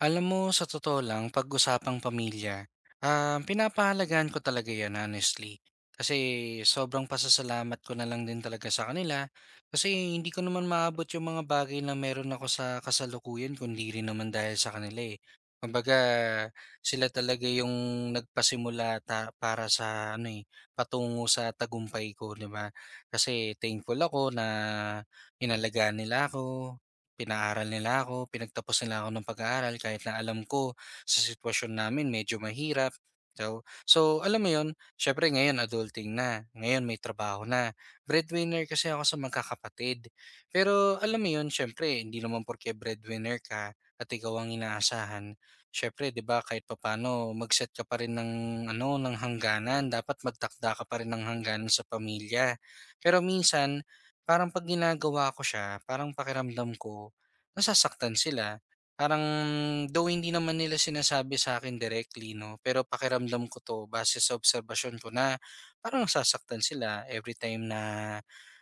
Alam mo, sa totoo lang, pag-usapang pamilya, pinapahalagahan ko talaga yan, honestly. Kasi sobrang pasasalamat ko na lang din talaga sa kanila. Kasi hindi ko naman maabot yung mga bagay na meron ako sa kasalukuyan, kundi rin naman dahil sa kanila eh. Kumbaga, sila talaga yung nagpasimula para sa ano eh, patungo sa tagumpay ko, di ba? Kasi thankful ako na inalagaan nila ako, pinaaral nila ako, pinagtapos nila ako ng pag-aaral kahit na alam ko sa sitwasyon namin medyo mahirap. So alam mo 'yon, siyempre ngayon adulting na, ngayon may trabaho na. Breadwinner kasi ako sa magkakapatid. Pero alam mo 'yon, siyempre hindi naman porke breadwinner ka at ikaw ang inaasahan. Siyempre, 'di ba, kahit papaano mag-set ka pa rin ng ano, ng hangganan, dapat magtakda ka pa rin ng hangganan sa pamilya. Pero minsan, parang pag ginagawa ko siya, parang pakiramdam ko nasasaktan sila. Parang though hindi naman nila sinasabi sa akin directly 'no, pero pakiramdam ko 'to base sa obserbasyon ko na parang nasasaktan sila every time na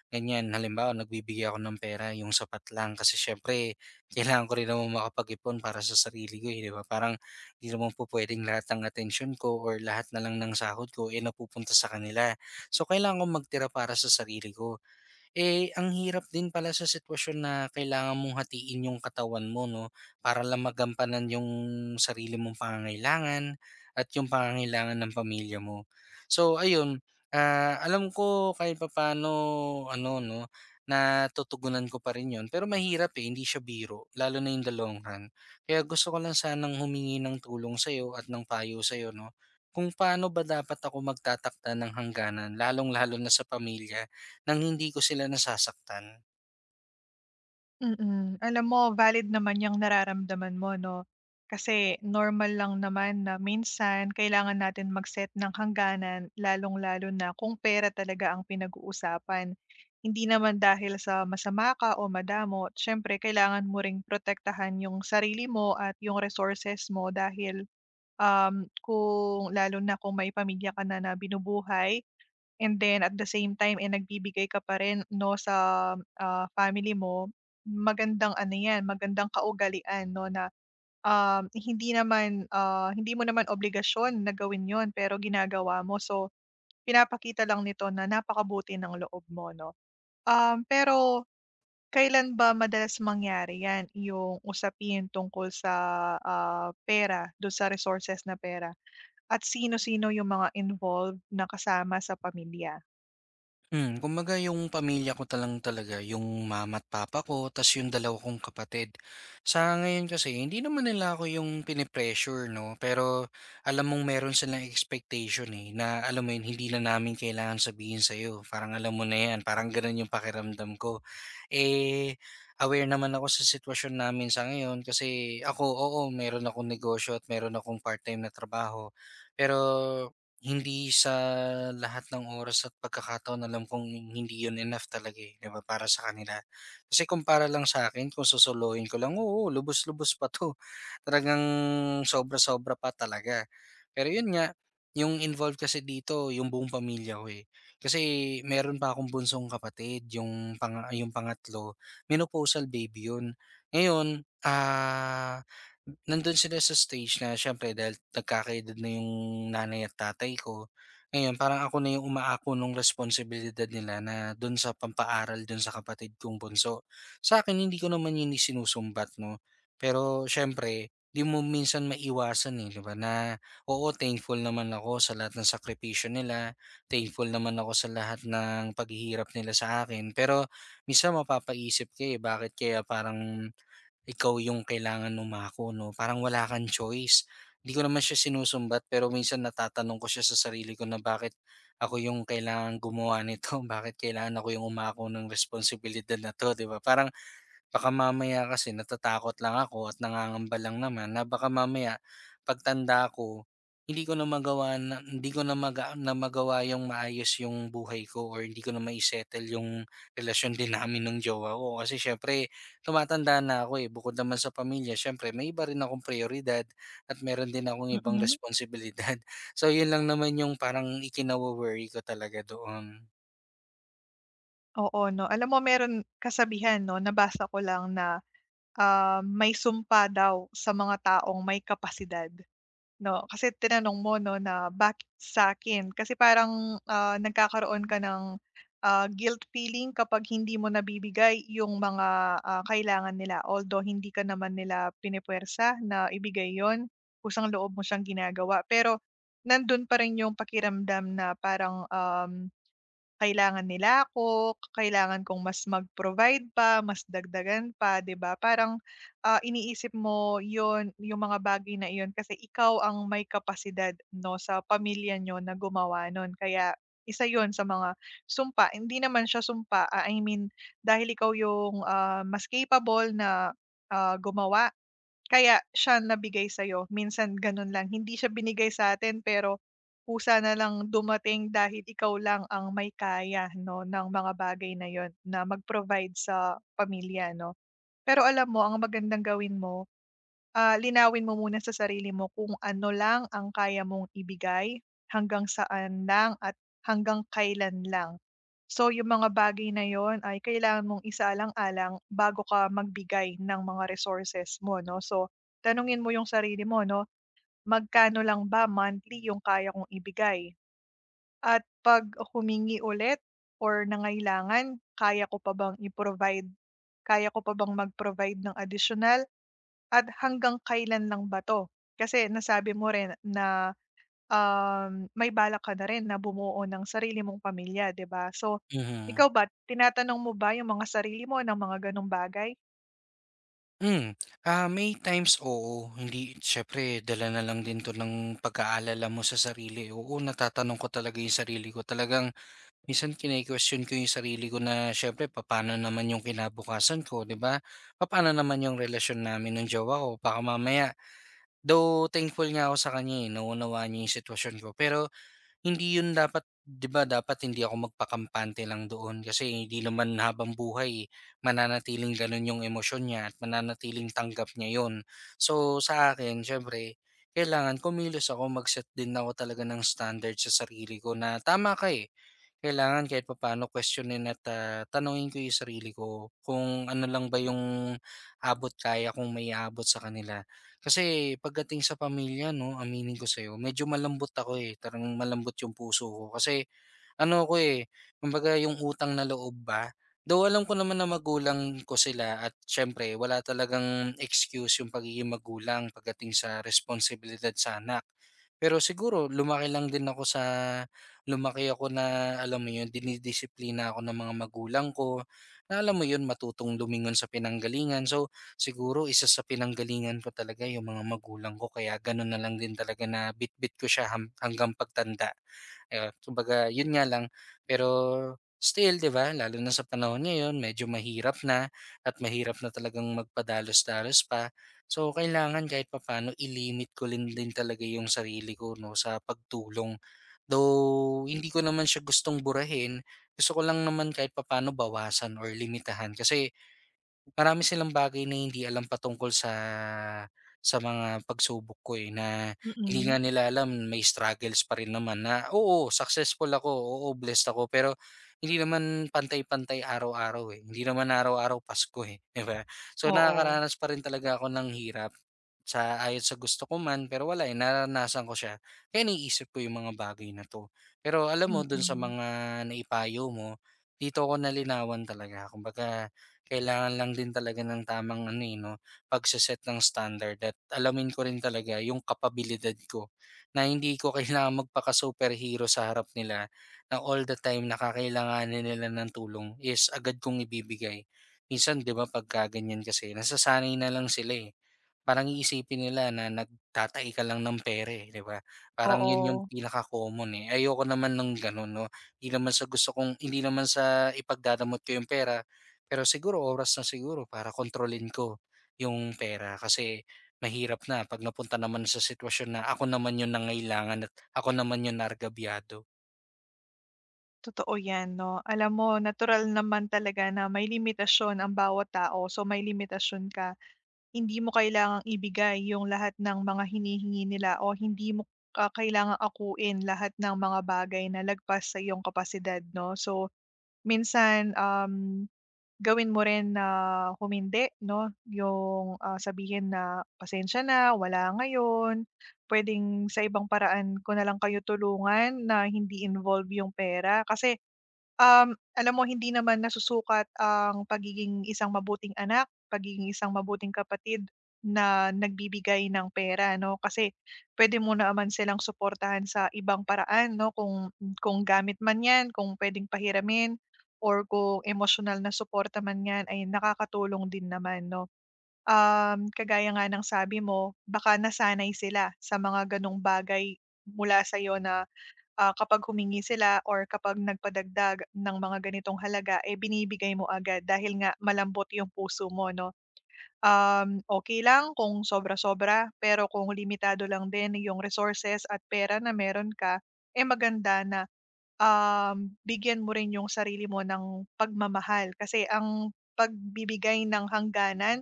ganyan. Halimbawa, nagbibigay ako ng pera, yung sapat lang kasi siyempre kailangan ko rin namang makapag-ipon para sa sarili ko, eh, 'di ba? Parang hindi naman po puwedeng lahat ng attention ko or lahat na lang ng sahod ko, eh, napupunta sa kanila. So, kailangan kong magtira para sa sarili ko. Eh, ang hirap din pala sa sitwasyon na kailangan mong hatiin yung katawan mo 'no, para lang magampanan yung sarili mong pangangailangan at yung pangangailangan ng pamilya mo. So ayun, alam ko kahit papaano ano 'no, natutugunan ko pa rin 'yun, pero mahirap, eh, hindi siya biro lalo na in the long run. Kaya gusto ko lang sanang humingi ng tulong sa'yo at ng payo sa'yo 'no, kung paano ba dapat ako magtatakda ng hangganan lalong-lalo na sa pamilya nang hindi ko sila nasasaktan. Mm. Alam mo valid naman yung nararamdaman mo 'no, kasi normal lang naman na minsan kailangan natin mag-set ng hangganan lalong-lalo na kung pera talaga ang pinag-uusapan. Hindi naman dahil sa masama ka o madamo siyempre kailangan mo ring protektahan yung sarili mo at yung resources mo dahil, kung lalo na kung may pamilya ka na na binubuhay. And then at the same time, eh, nagbibigay ka pa rin 'no sa, family mo, magandang ano 'yan, magandang kaugalian 'no na, hindi naman, hindi mo naman obligasyon na gawin 'yun pero ginagawa mo. So, pinapakita lang nito na napakabuti ng loob mo 'no. Pero kailan ba madalas mangyari 'yan, yung usapin tungkol sa, pera, do sa resources na pera? At sino-sino yung mga involved na kasama sa pamilya? Hmm, kumbaga yung pamilya ko talang talaga, yung mama at papa ko tas yung dalawa kong kapatid. Sa ngayon kasi hindi naman nila ako yung pinipressure 'no, pero alam mong meron silang expectation, eh, na alam mo yun hindi na namin kailangan sabihin sa'yo, parang alam mo na yan, parang gano'n yung pakiramdam ko. Eh, aware naman ako sa sitwasyon namin sa ngayon kasi ako, oo, meron akong negosyo at meron akong part-time na trabaho, pero hindi sa lahat ng oras at pagkakataon alam kong hindi yun enough talaga, eh, 'di ba, para sa kanila. Kasi kumpara lang sa akin, kung susolohin ko lang, oo, lubos-lubos pa 'to, talagang sobra-sobra pa talaga. Pero yun nga, yung involved kasi dito yung buong pamilya ko, eh. Kasi meron pa akong bunsong kapatid, yung yung pangatlo, menopausal baby yun. Ngayon, nandun sila sa stage na siyempre dahil nagkakaedad na yung nanay at tatay ko, ngayon parang ako na yung umaako nung responsibilidad nila na dun sa pampaaral dun sa kapatid kong bunso. Sa akin hindi ko naman yun isinusumbat 'no, pero siyempre di mo minsan maiwasan, eh, di ba, na oo, thankful naman ako sa lahat ng sakripisyo nila, thankful naman ako sa lahat ng paghihirap nila sa akin, pero minsan mapapaisip ka, eh, bakit kaya parang ikaw yung kailangan numako 'no, parang wala kang choice. Hindi ko naman siya sinusumbat pero minsan natatanong ko siya sa sarili ko na bakit ako yung kailangang gumawa nito, bakit kailangan ako yung umako ng responsibilidad na 'to, 'di ba? Parang baka mamaya kasi natatakot lang ako at nangangamba lang naman na baka mamaya pagtanda ko, hindi ko na magawa na hindi ko na magawa yung maayos yung buhay ko or hindi ko na mai-settle yung relasyon din namin ng jowa ko. Kasi syempre tumatanda na ako eh. Bukod naman sa pamilya, syempre may iba rin akong prioridad at meron din akong ibang Mm. responsibilidad. So yun lang naman yung parang ikinawo-worry ko talaga doon. Oo 'no, alam mo meron kasabihan 'no, nabasa ko lang na, may sumpa daw sa mga taong may kapasidad 'no. Kasi tinanong mo 'no na bakit sa akin, kasi parang, nagkakaroon ka ng, guilt feeling kapag hindi mo nabibigay yung mga, kailangan nila. Although hindi ka naman nila pinupuwersa na ibigay yon, kusang loob mo siyang ginagawa. Pero nandun pa rin yung pakiramdam na parang, kailangan nila ako, kailangan kong mas mag-provide pa, mas dagdagan pa, 'di ba? Parang, iniisip mo yon yung mga bagay na yon kasi ikaw ang may kapasidad 'no, sa pamilya niyo na gumawa nun. Kaya isa yon sa mga sumpa, hindi naman siya sumpa, ah, I mean dahil ikaw yung, mas capable na, gumawa kaya siya nabigay sa'yo, minsan gano'n lang, hindi siya binigay sa atin pero kusa na lang dumating dahil ikaw lang ang may kaya 'no, ng mga bagay na 'yon na mag-provide sa pamilya 'no. Pero alam mo ang magandang gawin mo, ah, linawin mo muna sa sarili mo kung ano lang ang kaya mong ibigay, hanggang saan lang at hanggang kailan lang. So, yung mga bagay na yon ay kailangan mong isaalang-alang bago ka magbigay ng mga resources mo, no? So, tanungin mo yung sarili mo, no? Magkano lang ba monthly yung kaya kong ibigay? At 'pag humingi ulit or nangailangan, kaya ko pa bang i-provide, kaya ko pa bang mag-provide ng additional at hanggang kailan lang ba 'to? Kasi nasabi mo rin na, may balak ka na rin na bumuo ng sarili mong pamilya, 'di ba? So, Mhm. ikaw ba, tinatanong mo ba yung mga sarili mo ng mga gano'ng bagay? Hmm, may times oo, hindi siyempre dala na lang din 'to ng pag-aalala mo sa sarili. Oo, natatanong ko talaga 'yung sarili ko. Talagang minsan kine-question ko 'yung sarili ko na siyempre papaano naman 'yung kinabukasan ko, 'di ba? Papaano naman 'yung relasyon namin ng jowa ko? Baka mamaya though thankful nga ako sa kanya, eh, naunawaan niya 'yung sitwasyon ko, pero hindi yun dapat 'di ba dapat hindi ako magpakampante lang doon kasi hindi naman habang buhay mananatiling gano'n yung emosyon niya at mananatiling tanggap niya yun. So, sa akin siyempre kailangan kumilos ako, mag-set din ako talaga ng standard sa sarili ko na tama ka, eh, kailangan kahit papaano questionin at tanungin ko yung sarili ko kung ano lang ba yung abot kaya kung may abot sa kanila. Kasi pagdating sa pamilya 'no, aminin ko sa'yo medyo malambot ako, eh, talagang malambot yung puso ko kasi ano ako, eh, kumbaga yung utang na loob ba, though alam ko naman na magulang ko sila at siyempre wala talagang excuse yung pagiging magulang pagdating sa responsibilidad sa anak. Pero siguro lumaki lang din ako sa lumaki ako na alam mo yun, dinidisiplina ako ng mga magulang ko na alam mo yun, matutong lumingon sa pinanggalingan. So siguro isa sa pinanggalingan ko talaga yung mga magulang ko kaya ganun na lang din talaga na bitbit ko siya hanggang pagtanda. Kumbaga yun nga lang, pero still 'di ba lalo na sa panahon ngayon medyo mahirap na at mahirap na talagang magpadalos-dalos pa. So kailangan kahit papaano i-limit ko rin din talaga yung sarili ko 'no sa pagtulong. Though hindi ko naman siya gustong burahin, gusto ko lang naman kahit papaano bawasan or limitahan kasi marami silang bagay na hindi alam patungkol sa mga pagsubok ko, eh, na hindi nga Mm, nila alam may struggles pa rin naman na, oo, successful ako, oo, blessed ako, pero hindi naman pantay-pantay araw-araw, eh. Hindi naman araw-araw Pasko, eh, 'di ba? So, oo, nakakaranas pa rin talaga ako ng hirap. Sa ayon sa gusto ko man, pero wala, eh, naranasan ko siya. Kaya naiisip ko yung mga bagay na 'to. Pero alam mo dun sa mm. mga naipayo mo, dito ko nalinawan talaga. Kumbaga kailangan lang din talaga ng tamang ano, eh, 'no, pagse-set ng standard at alamin ko rin talaga yung kapabilidad ko na hindi ko kailangang magpaka-superhero sa harap nila na all the time na kakailanganin nila ng tulong is agad kong ibibigay. Minsan 'di ba, pagka ganyan kasi nasasanay na lang sila, eh. Parang iisipin nila na nagtatai ka lang ng pere, 'di ba? Parang 'yun yung Oo. pinaka-common, eh. Ayoko naman ng gano'n 'no. Hindi naman sa gusto kong hindi naman sa ipagdadamot ko yung pera, pero siguro oras na siguro para kontrolin ko yung pera kasi mahirap na 'pag napunta naman sa sitwasyon na ako naman yung nangailangan at ako naman yung naargabyado. Totoo 'yan 'no. Alam mo natural naman talaga na may limitasyon ang bawat tao, so may limitasyon ka. Hindi mo kailangang ibigay yung lahat ng mga hinihingi nila o hindi mo, kailangang akuin lahat ng mga bagay na lagpas sa iyong kapasidad 'no. So minsan, gawin mo rin na humindi 'no, yung, ah, sabihin na, "Pasensya na, wala ngayon. Puwedeng sa ibang paraan ko na lang kayo tulungan na hindi involve yung pera." Kasi, alam mo hindi naman nasusukat ang pagiging isang mabuting anak, pagiging isang mabuting kapatid na nagbibigay ng pera 'no, kasi pwede mo naman silang suportahan sa ibang paraan 'no, kung gamit man 'yan, kung puwedeng pahiramin or kung emotional na suporta man 'yan ay nakakatulong din naman 'no. Kagaya nga ng sabi mo, baka nasanay sila sa mga gano'ng bagay mula sa'yo na, kapag humingi sila or kapag nagpadagdag ng mga ganitong halaga, eh, binibigay mo agad dahil nga malambot yung puso mo 'no. Okey lang kung sobra-sobra, pero kung limitado lang din yung resources at pera na meron ka, eh, maganda na, bigyan mo rin yung sarili mo ng pagmamahal. Kasi ang pagbibigay ng hangganan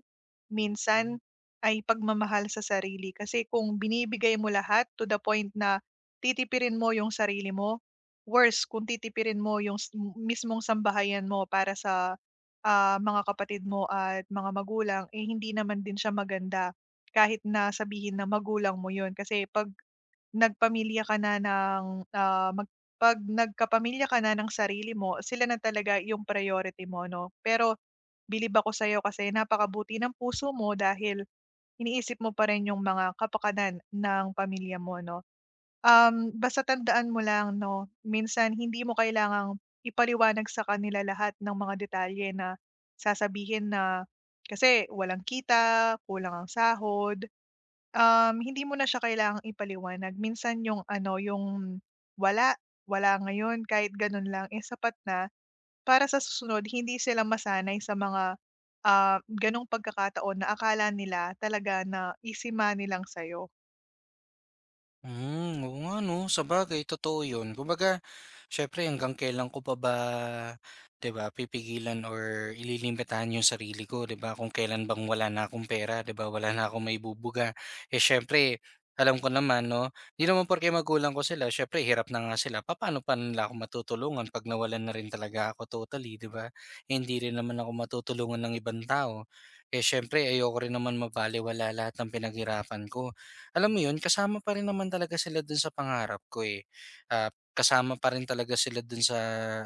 minsan ay pagmamahal sa sarili. Kasi kung binibigay mo lahat to the point na titipirin mo yung sarili mo, worse kung titipirin mo yung mismong sambahayan mo para sa, mga kapatid mo at mga magulang, eh hindi naman din siya maganda kahit na sabihin na magulang mo yun. Kasi Nagpamilya ka na ng, ah, mag 'pag nagkapamilya ka na ng sarili mo, sila na talaga yung priority mo 'no. Pero bilib ako sa'yo kasi napakabuti ng puso mo dahil iniisip mo pa rin yung mga kapakanan ng pamilya mo 'no. Basta tandaan mo lang 'no, minsan hindi mo kailangang ipaliwanag sa kanila lahat ng mga detalye na sasabihin na kasi walang kita, kulang ang sahod. Hindi mo na siya kailangang ipaliwanag minsan yung ano, yung wala, wala ngayon kahit ganun lang, eh, sapat na para sa susunod hindi sila masanay sa mga, ganong pagkakataon na akala nila talaga na easy money lang sa'yo. Hmm, oo nga 'no, sabagay totoo 'yun. Kumbaga, siyempre hanggang kailan ko pa ba, 'di ba, pipigilan or ililimitahan 'yung sarili ko, 'di ba? Kung kailan bang wala na akong pera, 'di ba, wala na akong maibubuga. Eh, siyempre alam ko naman 'no, 'di naman porke magulang ko sila siyempre hirap na nga sila, paano pa nila ako matutulungan 'pag nawalan na rin talaga ako totally, 'di ba? Eh, hindi rin naman ako matutulungan ng ibang tao. Eh, siyempre ayoko rin naman mabalewala lahat ng pinaghirapan ko. Alam mo 'yun, kasama pa rin naman talaga sila dun sa pangarap ko, eh. Kasama pa rin talaga sila dun sa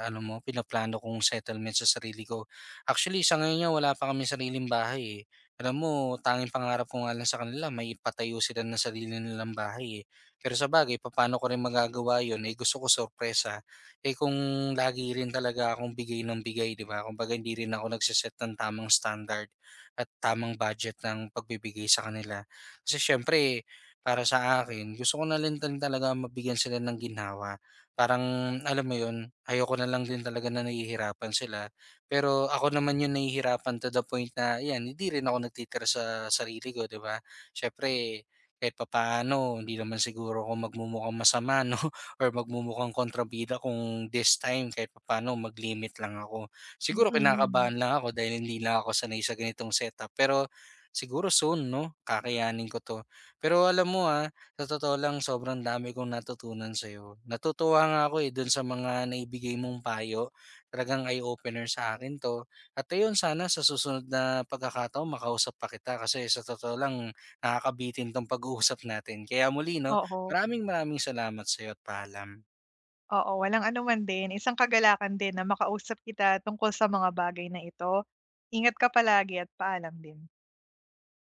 ano mo, pinaplano kong settlement sa sarili ko. Actually, sa ngayon nga wala pa kaming sariling bahay, eh. Alam mo, tanging pangarap ko nga lang sa kanila may maipatayo sila ng sarili nilang bahay, eh. Pero sa bagay, paano ko rin magagawa 'yun, eh, gusto ko sorpresa. Eh, kung lagi rin talaga akong bigay ng bigay, 'di ba? Kumbaga hindi rin ako nagse ng tamang standard at tamang budget ng pagbibigay sa kanila. Kasi siyempre para sa akin, gusto ko na rin din talaga mabigyan sila ng ginhawa. Parang alam mo 'yun, ayoko na lang din talaga na nahihirapan sila. Pero ako naman 'yung nahihirapan to the point na 'yan, hindi rin ako nagtitira sa sarili ko, 'di ba? Siyempre kahit papaano hindi naman siguro ako magmumukhang masama 'no or magmumukhang kontrabida kung this time kahit papaano mag-limit lang ako. Siguro Mm, kinakabahan lang ako dahil hindi lang ako sanay sa ganitong setup, pero siguro soon 'no, kakayanin ko 'to. Pero alam mo, sa totoo lang sobrang dami kong natutunan sa'yo. Natutuwa nga ako, eh, dun sa mga naibigay mong payo. Talagang eye-opener sa akin 'to. At ayun, sana sa susunod na pagkakataon makausap pa kita kasi sa totoo lang nakakabitin 'tong pag-uusap natin. Kaya muli 'no, oo, maraming maraming salamat sa'yo at paalam. oo, walang anuman din. Isang kagalakan din na makausap kita tungkol sa mga bagay na ito. Ingat ka palagi at paalam din.